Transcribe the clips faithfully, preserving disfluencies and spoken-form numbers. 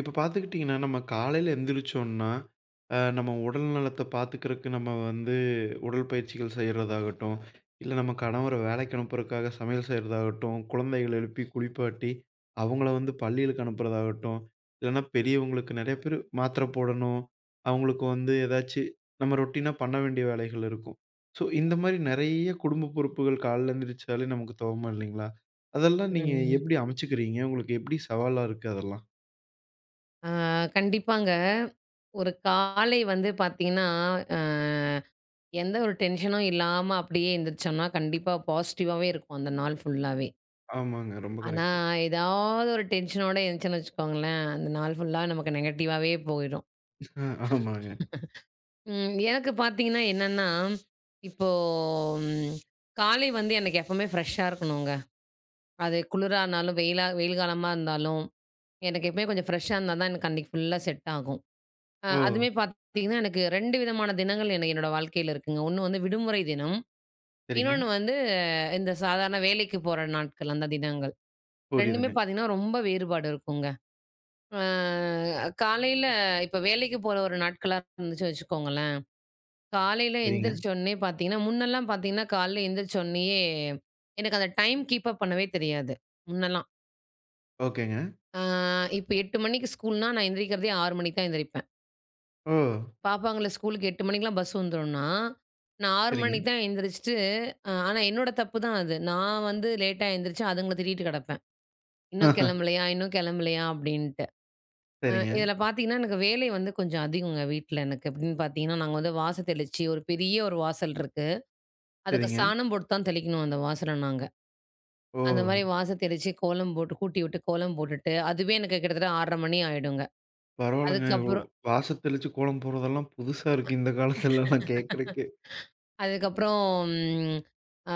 இப்ப பார்த்துக்கிட்டிங்கன்னா, நம்ம காலையில எந்திரிச்சோன்னா, அ நம்ம உடல் நலத்த பார்த்துக்கிறதுக்கு நம்ம வந்து உடற்பயிற்சிகள் செய்றதாகட்டும், இல்ல நம்ம கணவர வேலைக்கு அனுப்புறதுக்காக சமையல் செய்றதாகட்டும், குழந்தைகள எழுப்பி குளிப்பாட்டி, அவங்கள வந்து பள்ளிகளுக்கு அனுப்புறதாகட்டும், இல்லன்னா பெரியவங்களுக்கு நெறைய பேரு மாத்திரை போடணும். அவங்களுக்கு வந்து ஏதாச்சு நம்ம ரொட்டீனா பண்ண வேண்டிய வேலைகள் இருக்கும். ஸோ, இந்த மாரி நெறைய குடும்ப பொறுப்புகள் காலைல எந்திரிச்சாலே நமக்கு துவம்பும் இல்லைங்களா? அதெல்லாம் நீங்க ம். எப்படி அமைச்சுக்கிறீங்க? உங்களுக்கு எப்படி சவாலா இருக்கு அதெல்லாம்? ஆ கண்டிப்பாங்க. ஒரு காலை வந்து பார்த்தீங்கன்னா, அ எந்த ஒரு டென்ஷனும் இல்லாம அப்படியே எந்திரிச்சோம்னா, கண்டிப்பா பாசிட்டிவாவே இருக்கும் அந்த நாள் ஃபுல்லாவே. ஆமாங்க. ரொம்ப ஆனா, கரெக்ட்டு. ஏதாவது ஒரு டென்ஷனோட இருந்துச்சுன்னு வச்சுக்கோங்களேன், அந்த நாள் ஃபுல்லா நமக்கு நெகட்டிவாவே போயிடும். அ ஆமாங்க. ம் எனக்கு பார்த்தீங்கன்னா என்னன்னா, இப்போ ம் காலை வந்து எனக்கு எப்பவுமே ஃப்ரெஷ்ஷா இருக்கணுங்க. அது குளிரா இருந்தாலும், வெயிலா வெயில் காலமா இருந்தாலும், எனக்கு எப்பவுமே கொஞ்சம் ஃப்ரெஷ்ஷா இருந்தா தான் எனக்கு அன்னைக்கு ஃபுல்லா செட் ஆகும். அ ஓ! அதுவுமே பாத்தீங்கன்னா, எனக்கு ரெண்டு விதமான தினங்கள் எனக்கு என்னோட வாழ்க்கையில இருக்குங்க. ஒண்ணு வந்து விடுமுறை தினம். சரிங்க. இன்னொன்னு வந்து இந்த சாதாரண வேலைக்கு போற நாட்கள், அந்த தினங்கள். 2மே புரியுதுங்க. பாத்தீங்கன்னா, ரொம்ப வேறுபாடு இருக்குங்க. அ காலையில இப்ப வேலைக்கு போற ஒரு நாட்களா இருந்துச்சு வச்சுக்கோங்களேன். காலையில சரிங்க. எந்திரிச்ச உடனே பாத்தீங்கன்னா, முன்னெல்லாம் பாத்தீங்கன்னா, காலையில எந்திரிச்ச உடனேயே எனக்கு அந்த டைம் கீப் அப் பண்ணவே தெரியாது, முன்னெல்லாம். ஓகேங்க. அ இப்ப எட்டு மணிக்கு ஸ்கூல்னா, நான் எந்திரிக்கிறதே ஆறு மணிக்கு தான் எந்திரிப்பேன். ஓ! பாப்பாங்கள ஸ்கூலுக்கு எட்டு மணிக்கெல்லாம் பஸ் வந்துரும்ன்னா, நான் ஆறு சரிங்க. மணிக்கு தான் எந்திரிச்சுட்டு அ ஆனா என்னோட தப்பு தான் அது. நான் வந்து லேட்டா எந்திரிச்சு அதுங்கள திட்டிட்டு கிடப்பேன். "இன்னும் கிளம்பலையா? இன்னும் கிளம்பலையா?" அப்படின்ட்டு. அ சரிங்க, இதில பார்த்தீங்கன்னா, எனக்கு வேலை வந்து கொஞ்சம் அதிகங்க வீட்ல எனக்கு. எப்படின்னு பார்த்தீங்கன்னா, நாங்க வந்து வாச தெளிச்சு ஒரு பெரிய ஒரு வாசல் இருக்கு. அதுக்கு சரிங்க. சாணம் போட்டு தான் தெளிக்கணும் அந்த வாசல நாங்க. ஓ! அந்த மாரி வாச தெளிச்சு கோலம் போட்டு கூட்டி விட்டு கோலம் போட்டுட்டு, அதுவே எனக்கு கிட்டத்தட்ட ஆறரை மணி ஆயிடுங்க. பரவால்லங்க. இவ்ளோ அதுக்கப்புறம் வாச தெளிச்சு கோலம் போடுறதெல்லாம் புதுசா இருக்கு இந்த காலத்துலலாம் கேட்கறக்கே. அதுக்கப்புறம் ம், ஆ,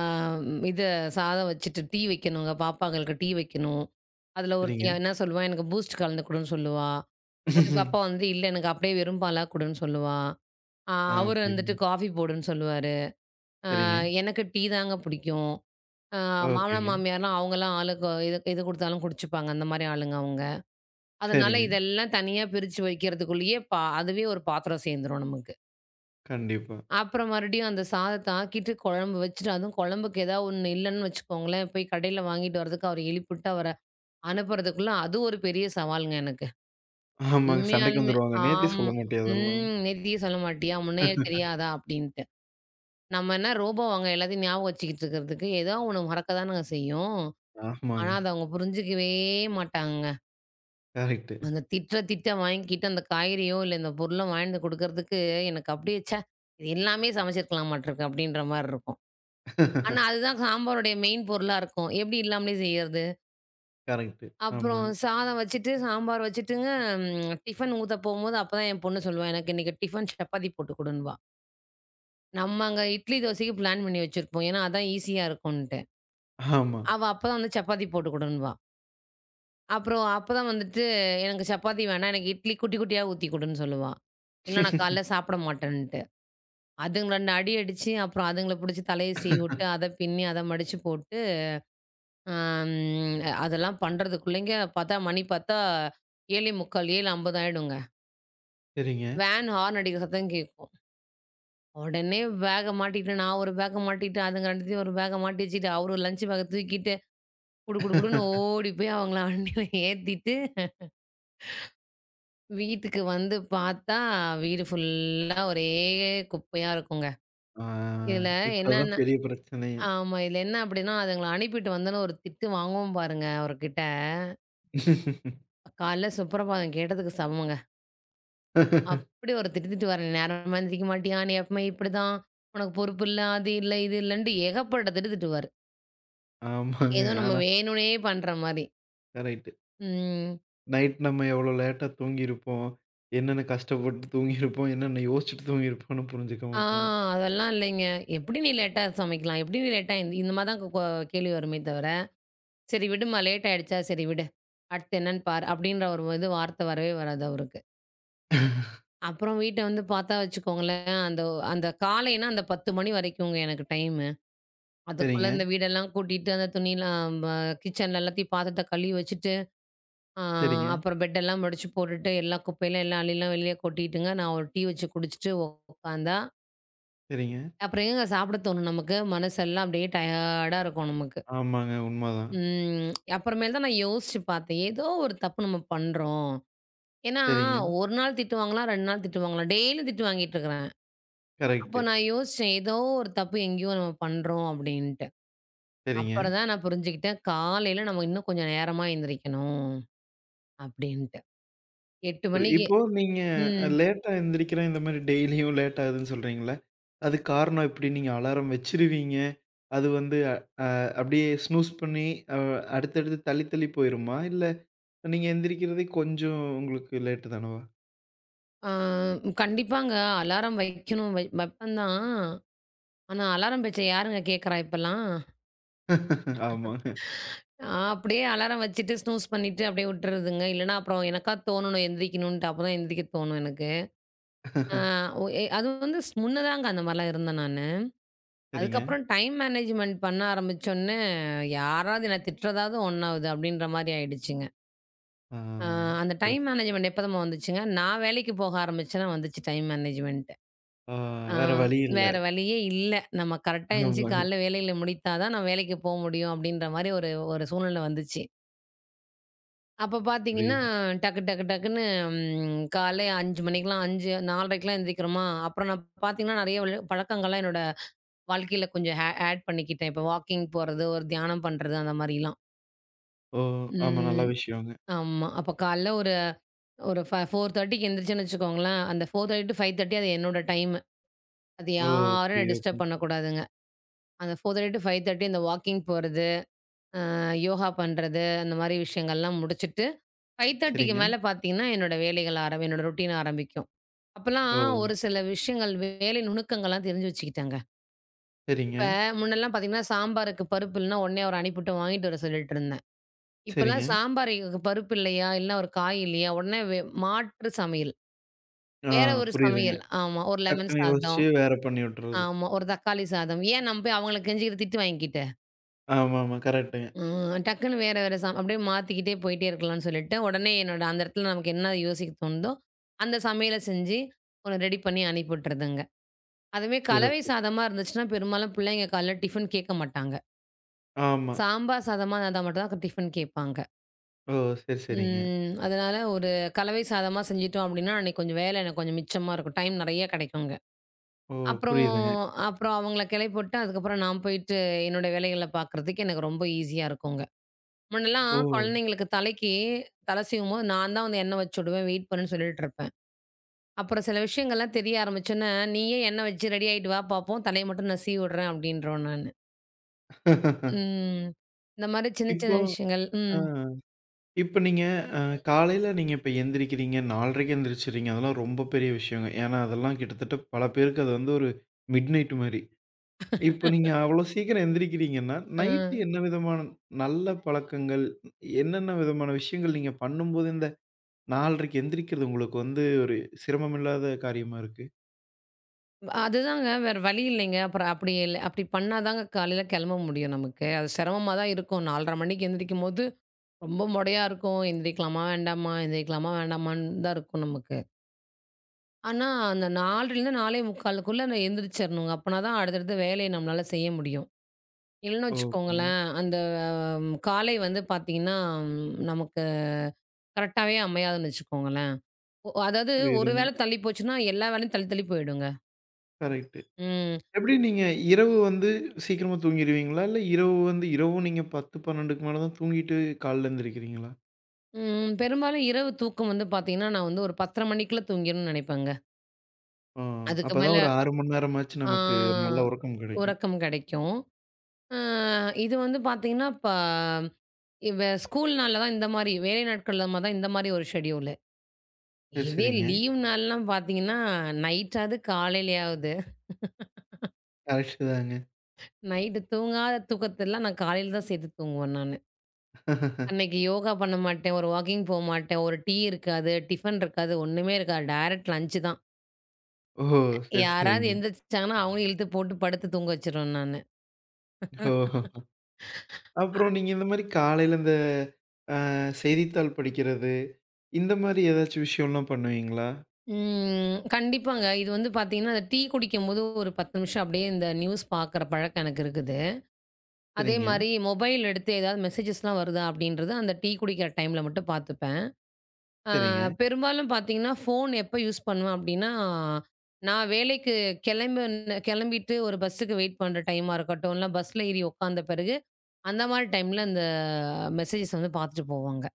இது சாதம் வச்சுட்டு டீ வைக்கணுங்க. பாப்பாங்களுக்கு டீ வைக்கணும். அதுல ஒருத்தி சரிங்க. என்ன சொல்லுவா, "எனக்கு பூஸ்ட் கலந்து குடுன்னு" சொல்லுவா. ஒரு பாப்பா வந்து, "இல்ல எனக்கு அப்படியே வெறும் பாலா குடுன்னு" சொல்லுவா. ஆ ஆ அவரு வந்துட்டு புரியுதுங்க. "காஃபி போடுன்னு" சொல்லுவாரு. அ சரிங்க. எனக்கு டீ தாங்க பிடிக்கும். ஆ மாமனார், ஓகேங்க. மாமியார்லாம் அவங்கலாம் ஆளுக்கு எது எது குடுத்தாலும் குடிச்சுப்பாங்க. அந்த மாரி ஆளுங்க அவங்க. அதனால சரிங்க. இதெல்லாம் தனியா பிரிச்சு வைக்கிறதுக்குள்ளேயே பா அதுவே ஒரு பாத்திரம் சேர்ந்துரும் நமக்கு. கண்டிப்பா. அப்புறம் மறுபடியும் அந்த சாதத்த ஆக்கிட்டு, குழம்பு வச்சுட்டு, அதுவும் குழம்புக்கு ஏதாவது ஒண்ணு இல்லன்னு வச்சுக்கோங்களேன், போய் கடையில வாங்கிட்டு வரதுக்கு அவர எழுப்பிவிட்டு அவர அனுப்புறதுக்குள்ள அது ஒரு பெரிய சவால்ங்க எனக்கு. ஆமாங்க. சண்டைக்கு உண்மையாலுமே. வந்துருவாங்க. நேத்தே ஆமா. சொல்ல மாட்டியா அதெல்லாம்? ம். "நேத்திக்கு சொல்ல மாட்டியா? முன்னையே தெரியாதா?" அப்படின்ட்டு. நம்ம என்ன ரோபோவாங்க எல்லாத்தையும் ஞாபகம் வச்சுக்கிட்டு இருக்கிறதுக்கு? ஏதோ ஒண்ணு மறக்க தானங்க செய்யும். ஆனா, ஆமாங்க. அத அவங்க புரிஞ்சுக்கவே மாட்டாங்கங்க. கரெக்ட்டு. அந்த திட்ற திட்ட வாங்கிக்கிட்டு அந்த காய்கறியோ, இல்ல இந்த பொருளோ வாங்கிட்டு வந்து குடுக்கறதுக்கு எனக்கு அப்படியே, "ச்சே! இது எல்லாமே சமைச்சிருக்கலாம் மாட்டிருக்கு" அப்படின்ற மாரி இருக்கும். ஆனா, அதுதான் சாம்பாருடைய மெயின் பொருளா இருக்கும். எப்படி இல்லாமலே செய்யறது? கரெக்ட்டு. அப்புறம் ஆமாங்க. சாதம் வச்சுட்டு, சாம்பார் வச்சுட்டுங்க ம் டிஃபன் ஊத்த போம்போது அப்பதான் என் பொண்ணு சொல்லுவா, "எனக்கு இன்னைக்கு டிஃபன் சப்பாத்தி போட்டு குடுன்னுவா." நம்ம அங்க இட்லி, தோசைக்கு பிளான் பண்ணி வச்சிருப்போம். ஏன்னா, அதான் ஈஸியா இருக்கும்ன்ட்டு. ஆமா. அவ அப்பதான் வந்து சப்பாத்தி போட்டு குடுன்னுவா. அப்புறம் அப்பதான் வந்துட்டு, "எனக்கு சப்பாத்தி வேணாம். எனக்கு இட்லி குட்டி குட்டியா ஊத்தி குடுன்னு" சொல்லுவா. "இல்ல நான் காலைல சாப்பிட மாட்டேன்ட்டு." அதுங்க ரெண்டு அடி அடிச்சு, அப்புறம் அதுங்கள புடிச்சு தலைய சீவி விட்டு, அத பின்னி, அத மடிச்சு போட்டு அம் அதெல்லாம் பண்றதுக்குள்ளேங்க பார்த்தா மணி பார்த்தா ஏழு நாற்பத்தி ஐந்து ஏழு ஐம்பது ஆயிடுங்க. வேன் ஹார்ன் அடிக்கிற சத்தம் கேட்கும். உடனே பேக்க மாட்டிக்கிட்டு நான் ஒரு பேக்க மாட்டிக்கிட்டு, அதுங்க 2த்தையும் ஒரு பேக்க மாட்டி வச்சுக்கிட்டு, அவரு லஞ்ச் பேக்க தூக்கிட்டு குடு குடு குடுன்னு சரிங்க. ஓடி போய் அவங்கள வண்டியில ஏத்திட்டு, வீட்டுக்கு வந்து பார்த்தா வீடு ஃபுல்லா ஒரே குப்பையா இருக்குங்க. ஆ இதுல இப்ப அதான் என்னன்னா பெரிய பிரச்சனையே. ஆமா. இதுல என்ன அப்படின்னா, அதுங்கள அனுப்பிட்டு வந்தோனே ஒரு திட்டு வாங்குவோம் பாருங்க அவர்கிட்ட. காலைல சுப்ரபாதம் கேட்டதுக்கு சமங்க. அப்படி ஒரு திட்டு வர நேரமா எந்திரிக்க மாட்டியா? நீ எப்பவுமே இப்படிதான். உனக்கு பொறுப்பு இல்ல. அது இல்ல, இது இல்லன்ட்டு ஏகப்பட்ட திட்டு திட்டுவாரு. ஆமாங்க. ஏதோ நம்ம ஆனா வேணும்னே பண்ற மாரி. கரெக்ட்டு. ம். நைட் நம்ம எவ்வளோ லேட்டா தூங்கியிருப்போம்? என்னென்ன கஷ்டப்பட்டு தூங்கியிருப்போம்? என்னென்ன யோசிச்சுட்டு தூங்கியிருப்போம்ன்னு புரிஞ்சுக்க ஆ மாட்டாங்க. அதெல்லாம் இல்லைங்க. எப்படி நீ லேட்டா சமைக்கலாம்? எப்படி நீ லேட்டா இந்த இந்த மாரி தான் கொ கொ- கேள்வி வருமே தவிர, சரி விடும்மா லேட் ஆயிடுச்சா சரி விடு. அடுத்து என்னன்னு பாரு. அப்படின்ற ஒரு இது வார்த்தை வரவே வராது அவருக்கு. அப்புறம் வீட்ட வந்து பார்த்தா வச்சுக்கோங்களேன், அந்த அந்த காலைன்னா அந்த பத்து மணி வரைக்குங்க எனக்கு டைம். அதுக்குள்ள சரிங்க, இந்த வீடெல்லாம் கூட்டிட்டு, அந்த துணிலாம் ப கிச்சன்ல எல்லாத்தையும் பாத்திரத்த கழுவி வச்சுட்டு, ஆ சரிங்க, அப்புறம் பெட்டெல்லாம் மடிச்சு போட்டுட்டு, எல்லா குப்பையெல்லாம் எல்லா அள்ளிலாம் வெளிய கொட்டிட்டுங்க, நான் ஒரு டீ வச்சு குடிச்சுட்டு உக்காந்தா, சரிங்க. அப்புறம் எங்கங்க சாப்பிட தோணும் நமக்கு? மனசெல்லாம் அப்படியே டயர்டா இருக்கும் நமக்கு. ஆமாங்க. உண்மதான். ம். அப்புறமேல் தான் நான் யோசிச்சு பார்த்தேன். ஏதோ ஒரு தப்பு நம்ம பண்றோம். ஏன்னா, சரிங்க. ஒரு நாள் திட்டுவாங்களாம், ரெண்டு நாள் திட்டுவாங்களாம். டெய்லி திட்டு வாங்கிட்டு இருக்கிறேன். அப்போ கரெக்ட்டு. நான் யோசிச்சேன், ஏதோ ஒரு தப்பு எங்கேயோ நம்ம பண்றோம் அப்படின்ட்டு. சரிங்க. அப்புறம் தான் நான் புரிஞ்சுக்கிட்டேன். காலையில நம்ம இன்னும் கொஞ்சம் நேரமா எந்திரிக்கணும் அப்டின்ட்டு. எட்டு புரி மணிக்கு இப்போ நீங்க ம். லேட்டா எந்திரிக்கிறேன், இந்த மாரி டெய்லியும் லேட் ஆகுதுன்னு சொல்றீங்கல்ல? அதுக்கு காரணம் எப்படி? நீங்க அலாரம் வச்சுருவீங்க? அது வந்து அ அப்படியே ஸ்னூஸ் பண்ணி அ அடுத்தடுத்து தள்ளி தள்ளி போயிருமா? இல்ல நீங்க எந்திரிக்கிறதே கொஞ்சம் உங்களுக்கு லேட்டு தானவா? ஆ கண்டிப்பாங்க. அலாரம் வைக்கணும் வை வைப்பேன் தான். ஆனா அலாரம் பேச்ச யாருங்க கேட்கறா இப்பலாம்? ஆமாங்க. நான் அப்டியே அலாரம் வச்சுட்டு ஸ்னூஸ் பண்ணிட்டு அப்டியே விட்டுறதுங்க. இல்லன்னா அப்புறம் எனக்கா தோணணும் எந்திரிக்கணுன்ட்டு. அப்பதான் எந்திரிக்க தோணும் எனக்கு. ஆ ஒ எ அது வந்து ஸ் முன்னதாங்க அந்த மாரிலாம் இருந்தேன் நானு. சரிங்க. அதுக்கப்புறம் டைம் மேனேஜ்மென்ட் பண்ண ஆரம்பிச்சோனே, யாராவது என்ன திட்டுறதாவது ஒண்ணாவது அப்டின்ற மாரி ஆயிடுச்சுங்க. ஆ. ஆ அந்த டைம் சிறப்பு. மேனேஜ்மெண்ட் எப்போதும்மா வந்துச்சுங்க, நான் வேலைக்கு போக ஆரம்பிச்சேன்னா வந்துச்சு டைம் மேனேஜ்மெண்ட்டு. ஆ ஆ வேற வழி இல்ல. வேற வழியே இல்ல. நம்ம கரெக்ட்டா எந்திச்சு ஆமாங்க. காலைல வேலைகள முடித்தா தான் நான் வேலைக்கு போ முடியும் அப்படின்ற மாரி ஒரு ஒரு சூழ்நிலை வந்துச்சு. அப்ப பார்த்தீங்கன்னா, புரியுது. டக்கு டக்கு டக்குன்னு ம் காலை ஐந்து மணிக்கெல்லாம் ஐந்து 4:30க்கெல்லாம் எந்திரிக்கிறோமா, அப்புறம் நான் பார்த்தீங்கன்னா நெறைய வழு பழக்கங்கள்லாம் என்னோட வாழ்க்கையில கொஞ்சம் ஆ ஆட் பண்ணிக்கிட்டேன். இப்போ வாக்கிங் போறது, ஒரு தியானம் பண்றது அந்த மாரிலாம். ஓ! ஆமா நல்ல ம் விஷயங்க. ஆமா. அப்ப காலைல ஒரு ஒரு ஃப 4:30க்கு எந்திரிச்சேன்னு வச்சுக்கோங்களேன், அந்த நாலு முப்பது டூ ஐந்தரை அது என்னோட டைமு. அது ஓ! யாரும் என்ன புரியுது. ஓகேங்க. டிஸ்டர்ப் பண்ணக்கூடாதுங்க. அந்த நாலு முப்பது டூ ஐந்தரை இந்த வாக்கிங் போறது, அ யோகா பண்றது, அந்த மாரி விஷயங்கள்லாம் முடிச்சுட்டு, 5:30க்கு சரிங்க. மேல பார்த்தீங்கன்னா, என்னோட வேலைகள் ஆரம் என்னோட ரொட்டீன் ஆரம்பிக்கும். அப்பலாம் ஒரு ஓ! சில விஷயங்கள் வேலை நுணுக்கங்கள்லாம் தெரிஞ்சு வச்சுக்கிட்டேங்க. சரிங்க, இப்ப முன்னெல்லாம் பார்த்தீங்கன்னா, சாம்பாருக்கு பருப்பு இல்லன்னா, உடனே அவர அனுப்பிவிட்டு வாங்கிட்டு வர சொல்லிட்டு இருந்தேன். இப்பலாம் சரிங்க. சாம்பாருக்கு பருப்பு இல்லையா, இல்ல ஒரு காய் இல்லையா, உடனே வே மாற்று சமையல். ஆ வேற ஒரு புரியுதுங்க. சமையல். ஆமா. ஒரு லெமன் டக்குன்னு யோசிச்சு சாதம். வேற பண்ணி விட்டுறது. ஆமா. ஒரு தக்காளி சாதம். ஏன் நம்ம போய் அவங்கள கெஞ்சிக்கிட்டு திட்டு வாங்கிக்கிட்டு? ஆமாமா. கரெக்ட்டுங்க. ம் டக்குன்னு வேற வேற சா அப்படியே மாத்திக்கிட்டே போயிட்டே இருக்கலாம்னு சொல்லிட்டு, உடனே என்னோட அந்த இடத்துல நமக்கு என்ன யோசிக்க தோணுதோ, அந்த சமையல செஞ்சு ஒண்ணு ரெடி பண்ணி அனுப்பி விட்டுறதுங்க. அதுவே கலவை சிறப்பு. சாதமா இருந்துச்சுன்னா, பெரும்பாலும் பிள்ளைங்க காலைல டிஃபன் கேட்க மாட்டாங்க. ஆமா. சாம்பார் சாதமா இருந்தா மட்டும் தான் டிஃபன் கேட்பாங்க. ஓ! சரி, சரிங்க. ம் அதனால ஒரு கலவை சாதமா செஞ்சுட்டோம் அப்படின்னா, அன்னைக்கு கொஞ்சம் வேலை எனக்கு கொஞ்சம் மிச்சமா இருக்கும். டைம் நெறைய கிடைக்குங்க. ஓ! அப்புறம் புரியுதுங்க. அப்புறம் அவங்கள கிளப்பிவிட்டு, அதுக்கப்புறம் நான் போயிட்டு என்னோட வேலைகள பார்க்குறதுக்கு எனக்கு ரொம்ப ஈஸியா இருக்குங்க. முன்னலாம் ஓ! குழந்தைங்களுக்கு தலைக்கு தலை சீவும்போது நான் தான் வந்து எண்ணெய் வச்சு விடுவேன், வெயிட் பண்ணுன்னு சொல்லிட்டுருப்பேன். அப்புறம் சில விஷயங்கள்லாம் தெரிய ஆரம்பிச்சோன்னே, "நீயே எண்ணெய் வச்சு ரெடி ஆயிட்டு வா பார்ப்போம், தலைய மட்டும் நான் சீவி விடுறேன்" அப்படின்றோம் நானு. ம். இந்த மாரி சின்ன சின்ன இப்போ விஷயங்கள். ஆ. ம். இப்ப நீங்க அ காலையில நீங்க இப்ப எந்திரிக்கிறீங்க, 4:30க்கு எந்திரிச்சிறீங்க. அதெல்லாம் ரொம்ப பெரிய விஷயங்க. ஏன்னா, அதெல்லாம் கிட்டத்தட்ட பல பேருக்கு அது வந்து ஒரு மிட்நைட் மாரி. இப்ப நீங்க அவ்வளோ சீக்கிரம் எந்திரிக்கிறீங்கன்னா, அ. நைட்டு என்ன விதமான நல்ல பழக்கங்கள், என்னென்ன விதமான விஷயங்கள் நீங்க பண்ணும்போது இந்த 4:30க்கு எந்திரிக்கிறது உங்களுக்கு வந்து ஒரு சிரமமில்லாத காரியமா இருக்கு? அதுதாங்க வேற வழி இல்லைங்க. அப்புறம் அப்படி இல்ல அப்படி பண்ணா தாங்க காலையில கிளம்ப முடியும் நமக்கு. அது சிரமமா தான் இருக்கும். நாலரை மணிக்கு எந்திரிக்கும்போது ரொம்ப மொடையா இருக்கும். எந்திரிக்கலாமா, வேண்டாமா? எந்திரிக்கலாமா, வேண்டாமான்னு தான் இருக்கும் நமக்கு. ஆனா, அந்த நாலரை 4:45க்குள்ள நான் எந்திரிச்சிரணுங்க. அப்பனா தான் அடுத்தடுத்த வேலைய நம்மளால செய்ய முடியும். இல்லன்னு ஓகேங்க. வச்சுக்கோங்களேன், அந்த ஹம், காலை வந்து பார்த்தீங்கன்னா, நமக்கு கரெக்டாவே அமையாதுன்னு வச்சுக்கோங்களேன். ஒ அதாவது ஒரு புரியுதுங்க. வேள தள்ளி போச்சுன்னா, எல்லா வேலையும் தள்ளி தள்ளி போயிடுங்க. கரெக்ட்டு. ம். எப்படி நீங்க இரவு வந்து சீக்கிரமா தூங்கிருவீங்களா? இல்ல இரவு வந்து இரவும் நீங்க பத்து, பன்னிரண்டுக்கு மேல தான் தூங்கிட்டு காலைல எந்திரிக்கிறீங்களா? ம். பெரும்பாலும் இரவு தூக்கம் வந்து பார்த்தீங்கன்னா, நான் வந்து ஒரு பத்தரை மணிக்குள்ள தூங்கிரணும்னு நெனைப்பேங்க. ஆ. அதுக்கு மேல அப்பதான் ஒரு ஆறு மணி நேரமாச்சு நமக்கு ஆ நல்ல உறக்கம் கிடைக்கும். உறக்கம் கெடைக்கும். அ இது வந்து பார்த்தீங்கன்னா, இப்ப இவ ஸ்கூல் நாள்ல தான் இந்த மாரி, வேலை நாட்கள்ல மா தான் இந்த மாரி ஒரு ஷெட்யூலு. சரி, இதே சரிங்க. லீவ் நாள்லாம் பார்த்தீங்கன்னா, நைட்டாவது காலையிலயாவது. கரெக்ட் தாங்க. நைட்டு தூங்காத தூக்கத்தெல்லாம் நான் காலையில தான் சேர்த்து தூங்குவேன் நானு. அன்னைக்கு யோகா பண்ண மாட்டேன், ஒரு வாக்கிங் போ மாட்டேன், ஒரு டீ இருக்காது, டிஃபன் இருக்காது, ஒண்ணுமே இருக்காது. டைரக்ட் லஞ்ச் தான். ஓஹோ! சரி, யாராவது சரிங்க. எந்திரிச்சாங்கன்னா, அவங்களையும் இழுத்து போட்டு படுத்து தூங்க வச்சுருவேன் நானு. ஓஹோ! அப்புறம் நீங்க இந்த மாரி காலையில இந்த செய்தித்தாள் படிக்கிறது, இந்த மாரி ஏதாச்சும் விஷயம்லாம் பண்ணுவீங்களா? ம் கண்டிப்பாங்க. இது வந்து பார்த்தீங்கன்னா, அந்த டீ குடிக்கும்போது ஒரு பத்து நிமிஷம் அப்படியே இந்த நியூஸ் பார்க்குற பழக்கம் எனக்கு இருக்குது. அதே சரிங்க, மாரி மொபைல் எடுத்து ஏதாவது மெசேஜஸ்லாம் வருதா அப்படின்றது அந்த டீ குடிக்கிற டைம்ல மட்டும் பார்த்துப்பேன். ஆ சரிங்க. பெரும்பாலும் பார்த்தீங்கன்னா, ஃபோன் எப்ப யூஸ் பண்ணுவேன் அப்படின்னா, நான் வேலைக்கு கிளம்புன கிளம்பிட்டு ஒரு பஸ்ஸுக்கு வெயிட் பண்ற டைமா இருக்கட்டும், இல்ல பஸ்ல ஏறி உட்காந்த பிறகு அந்த மாரி டைம்ல அந்த மெசேஜஸ் வந்து பார்த்துட்டு போவாங்க.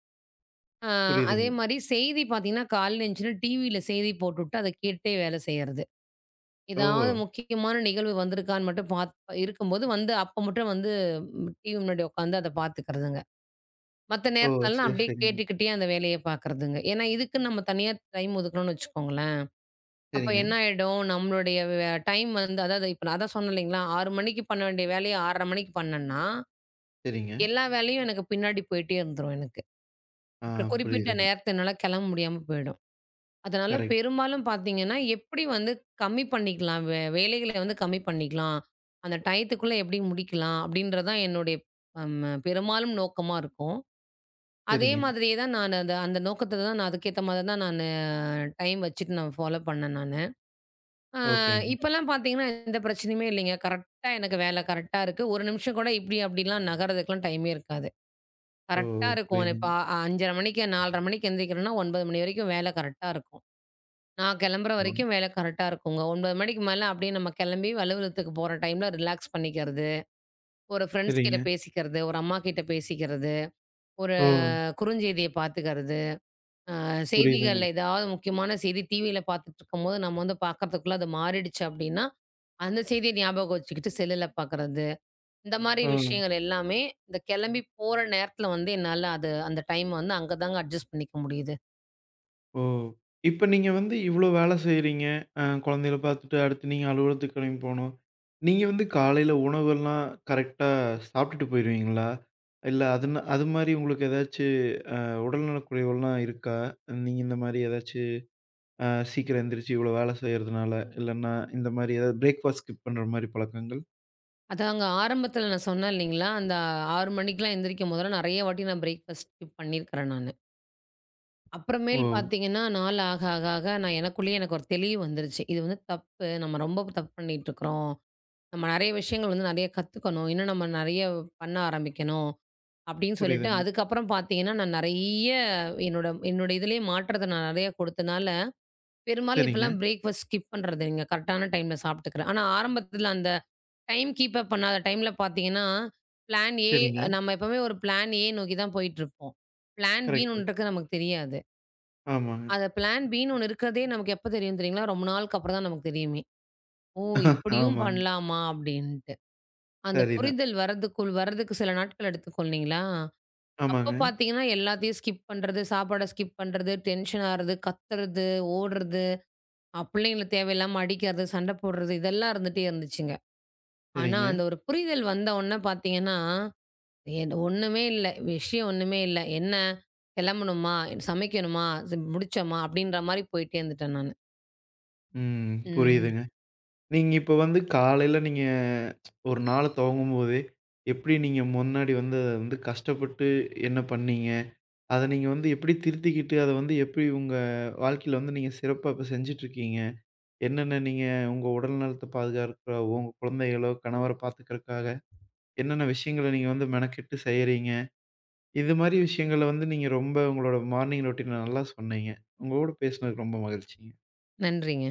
ஆ அதே புரியுதுங்க. மாரி செய்தி பார்த்தீங்கன்னா, காலையில எந்திரிச்சோனே டிவியில செய்தி போட்டுவிட்டு அத கேட்டுட்டே வேலை செய்றது. ஓ! ஏதாவது முக்கியமான நிகழ்வு வந்திருக்கான்னு மட்டும் பார்த்து இருக்கும்போது வந்து அப்ப மட்டும் வந்து டிவி முன்னாடி உட்காந்து அத பார்த்துக்கிறதுங்க. மத்த ஓ! நேரத்துலலாம் சரி, அப்படியே சரிங்க. கேட்டுக்கிட்டே அந்த வேலைய பார்க்கறதுங்க. ஏன்னா, இதுக்குன்னு நம்ம தனியா டைம் ஒதுக்கணும்னு வச்சுக்கோங்களேன். அப்ப சரிங்க, என்ன ஆயிடும், நம்மளுடைய வே டைம் வந்து அதாவது இப்ப நான் அதான் சொன்னேன் இல்லைங்களா, ஆறு மணிக்கு பண்ண வேண்டிய வேலைய ஆறரை மணிக்கு பண்ணேன்னா, சரிங்க. எல்லா வேலையும் எனக்கு பின்னாடி போயிட்டே இருந்துரும் எனக்கு. ஆ அப்புறம் குறிப்பிட்ட புரியுதுங்க. நேரத்த என்னால கிளம்ப முடியாம போயிடும். அதனால கரெக்ட். பெரும்பாலும் பார்த்தீங்கன்னா, எப்படி வந்து கம்மி பண்ணிக்கலாம்? வே வேலைகள வந்து கம்மி பண்ணிக்கலாம். அந்த டயத்துக்குள்ள எப்படி முடிக்கலாம்? அப்படின்றது தான் என்னுடைய அம் பெரும்பாலும் நோக்கமா இருக்கும். அதே சரிங்க. மாதிரியே தான் நான் அந்த அந்த நோக்கத்த தான் நான் அதுக்கேத்த மாரி தான் நானு டைம் வச்சுட்டு நான் ஃபாலோ பண்ணேன் நானு. அ ஓகேங்க. இப்பலாம் பார்த்தீங்கன்னா, எந்த பிரச்சனையுமே இல்லைங்க. கரெக்ட்டா எனக்கு வேலை கரெக்ட்டா இருக்கு. ஒரு நிமிஷம் கூட இப்படி அப்படிலாம் நகர்றதுக்குலாம் டைமே இருக்காது. ஓ! கரெக்ட்டா இருக்கும். புரியுதுங்க. இப்ப ஐந்து முப்பது மணிக்கு நாலரை மணிக்கு எந்திரிக்கிறேன்னா ஒன்பது மணி வரைக்கும் வேலை கரெக்ட்டா இருக்கும். நான் கிளம்புற ஓ! வரைக்கும் வேலை கரெக்டா இருக்குங்க. ஒன்பது மணிக்கு மேல அப்படியே நம்ம கிளம்பி அலுவலகத்துக்கு போற டைம்ல ரிலாக்ஸ் பண்ணிக்கிறது. ஒரு ஃப்ரெண்ட்ஸ் கிட்ட சரிங்க. பேசிக்கிறது, ஒரு அம்மா கிட்ட பேசிக்கிறது, ஒரு ஓ! குறுஞ்செய்திய பார்த்துக்கிறது, அ புரியுதுங்க. செய்திகள்ல ஏதாவது முக்கியமான செய்தி டிவியில பார்த்துட்டு இருக்கும்போது நம்ம வந்து பார்க்கறதுக்குள்ள அது மாறிடுச்சு அப்படின்னா, அந்த செய்திய ஞாபகம் வச்சுக்கிட்டு செல்லுல பார்க்கறது. இந்த மாரி ஓ! ம். விஷயங்கள் எல்லாமே இந்த கிளம்பி போற நேரத்துல வந்து என்னால அது அந்த டைம் வந்து அங்க தாங்க அட்ஜஸ்ட் பண்ணிக்க முடியுது. ஓ! இப்ப நீங்க வந்து இவ்ளோ வேலை செய்றீங்க. அ குழந்தைகள பார்த்துட்டு அடுத்து நீங்க அலுவலகத்துக்கு கிளம்பி போணும். நீங்க வந்து காலையில உணவெல்லாம் கரெக்ட்டா சாப்பிட்டுட்டு போயிருவீங்களா? இல்ல அதுனா அது மாரி உங்களுக்கு ஏதாச்சும் அ உடல்நலக் குறைவுலாம் இருக்கா? நீங்க இந்த மாரி ஏதாச்சும் அ சீக்கிரம் எந்திரிச்சு இவ்ளோ வேலை செய்றதுனால, இல்லன்னா இந்த மாரி ஏதாவது பிரேக்ஃபாஸ்ட் ஸ்கிப் பண்ற மாரி பழக்கங்கள்? அதாங்க ஆரம்பத்தில நான் சொன்னேன் இல்லைங்களா, அந்த ஆறு மணிக்கெல்லாம் எந்திரிக்கும் போதெல்லாம் நெறைய வாட்டி நான் பிரேக்ஃபாஸ்ட் ஸ்கிப் பண்ணியிருக்கிறேன் நானு. ஓ! அப்புறமேல் பார்த்தீங்கன்னா, நாள் ஆக ஆக ஆக நான் எனக்குள்ளேயே எனக்கு ஒரு தெளிவு வந்துருச்சு. இது வந்து தப்பு. நம்ம ரொம்ப தப்பு பண்ணிட்டுருக்கிறோம். நம்ம நெறைய விஷயங்கள் வந்து நெறைய கத்துக்கணும். இன்னும் நம்ம நெறைய பண்ண ஆரம்பிக்கணும். அப்படின்னு சொல்லிட்டு புரியுதுங்க. அதுக்கப்புறம் பார்த்தீங்கன்னா, நான் நெறைய என்னோட என்னோட இதுலயே மாற்றத்த நான் நெறைய கொடுத்தனால, பெரும்பாலும் சரிங்க, இப்பலாம் பிரேக்ஃபாஸ்ட் ஸ்கிப் பண்றது இல்லைங்க. கரெக்டான டைம்ல சாப்பிட்டுக்கிறேன். ஆனா ஆரம்பத்தில அந்த டைம் கீப் அப் பண்ணாத டைம்ல பார்த்தீங்கன்னா, பிளான் ஏ சரிங்க. நம்ம எப்பவுமே ஒரு பிளான் ஏ நோக்கி தான் போயிட்டுருப்போம். பிளான் பின்னு கரெக்ட்டு. ஒண்ணு இருக்கு நமக்கு தெரியாது. ஆமாங்க. அத பிளான் பின்னு ஒண்ணு இருக்கிறதே நமக்கு எப்ப தெரியும் தெரியுங்களா? ரொம்ப நாளுக்கு அப்புறம் தான் நமக்கு தெரியுமே. ஓ! இப்படியும் ஆமாங்க. பண்ணலாமா அப்படின்ட்டு. அந்த சரிதான். புரிதல் வரதுக்குள் வரதுக்கு சில நாட்கள் எடுத்துக்கும் இல்லைங்களா? அப்ப ஆமாங்க. பார்த்தீங்கன்னா, எல்லாத்தையும் ஸ்கிப் பண்றது, சாப்பாட ஸ்கிப் பண்றது, டென்ஷன் ஆறது, கத்துறது, ஓடுறது, அ பிள்ளைங்கள தேவையில்லாம அடிக்கிறது, சண்டை போடுறது இதெல்லாம் இருந்துட்டே இருந்துச்சுங்க. ஆனா, சரிங்க. அந்த ஒரு புரிதல் வந்த உடனே பார்த்தீங்கன்னா என் ஒண்ணுமே இல்ல. விஷயம் ஒண்ணுமே இல்ல. என்ன கிளம்பணுமா? சமைக்கணுமா? ச முடிச்சோமா? அப்படின்ற மாரி போயிட்டே இருந்துட்டேன் நானு. ம். ம். புரியுதுங்க. நீங்க இப்ப வந்து காலையில நீங்க ஒரு நாள துவங்கும்போதே, எப்படி நீங்க முன்னாடி வந்து அத வந்து கஷ்டப்பட்டு என்ன பண்ணீங்க? அத நீங்க வந்து எப்படி திருத்திக்கிட்டு, அத வந்து எப்படி உங்க வாழ்க்கையில வந்து நீங்க சிறப்பா இப்ப செஞ்சுட்டுருக்கீங்க? என்னென்ன நீங்க உங்க உடல் நலத்த பாதுகாக்கவோ, உங்க குழந்தைகளோ, கணவர பார்த்துக்கிறதுக்காக என்னென்ன விஷயங்கள நீங்க வந்து மெனக்கெட்டு செய்றீங்க? இது மாரி விஷயங்கள வந்து நீங்க ரொம்ப உங்களோட மார்னிங் ரொட்டீன நல்லா சொன்னீங்க. உங்க கூட பேசுனதுக்கு ரொம்ப மகிழ்ச்சிங்க. நன்றிங்க.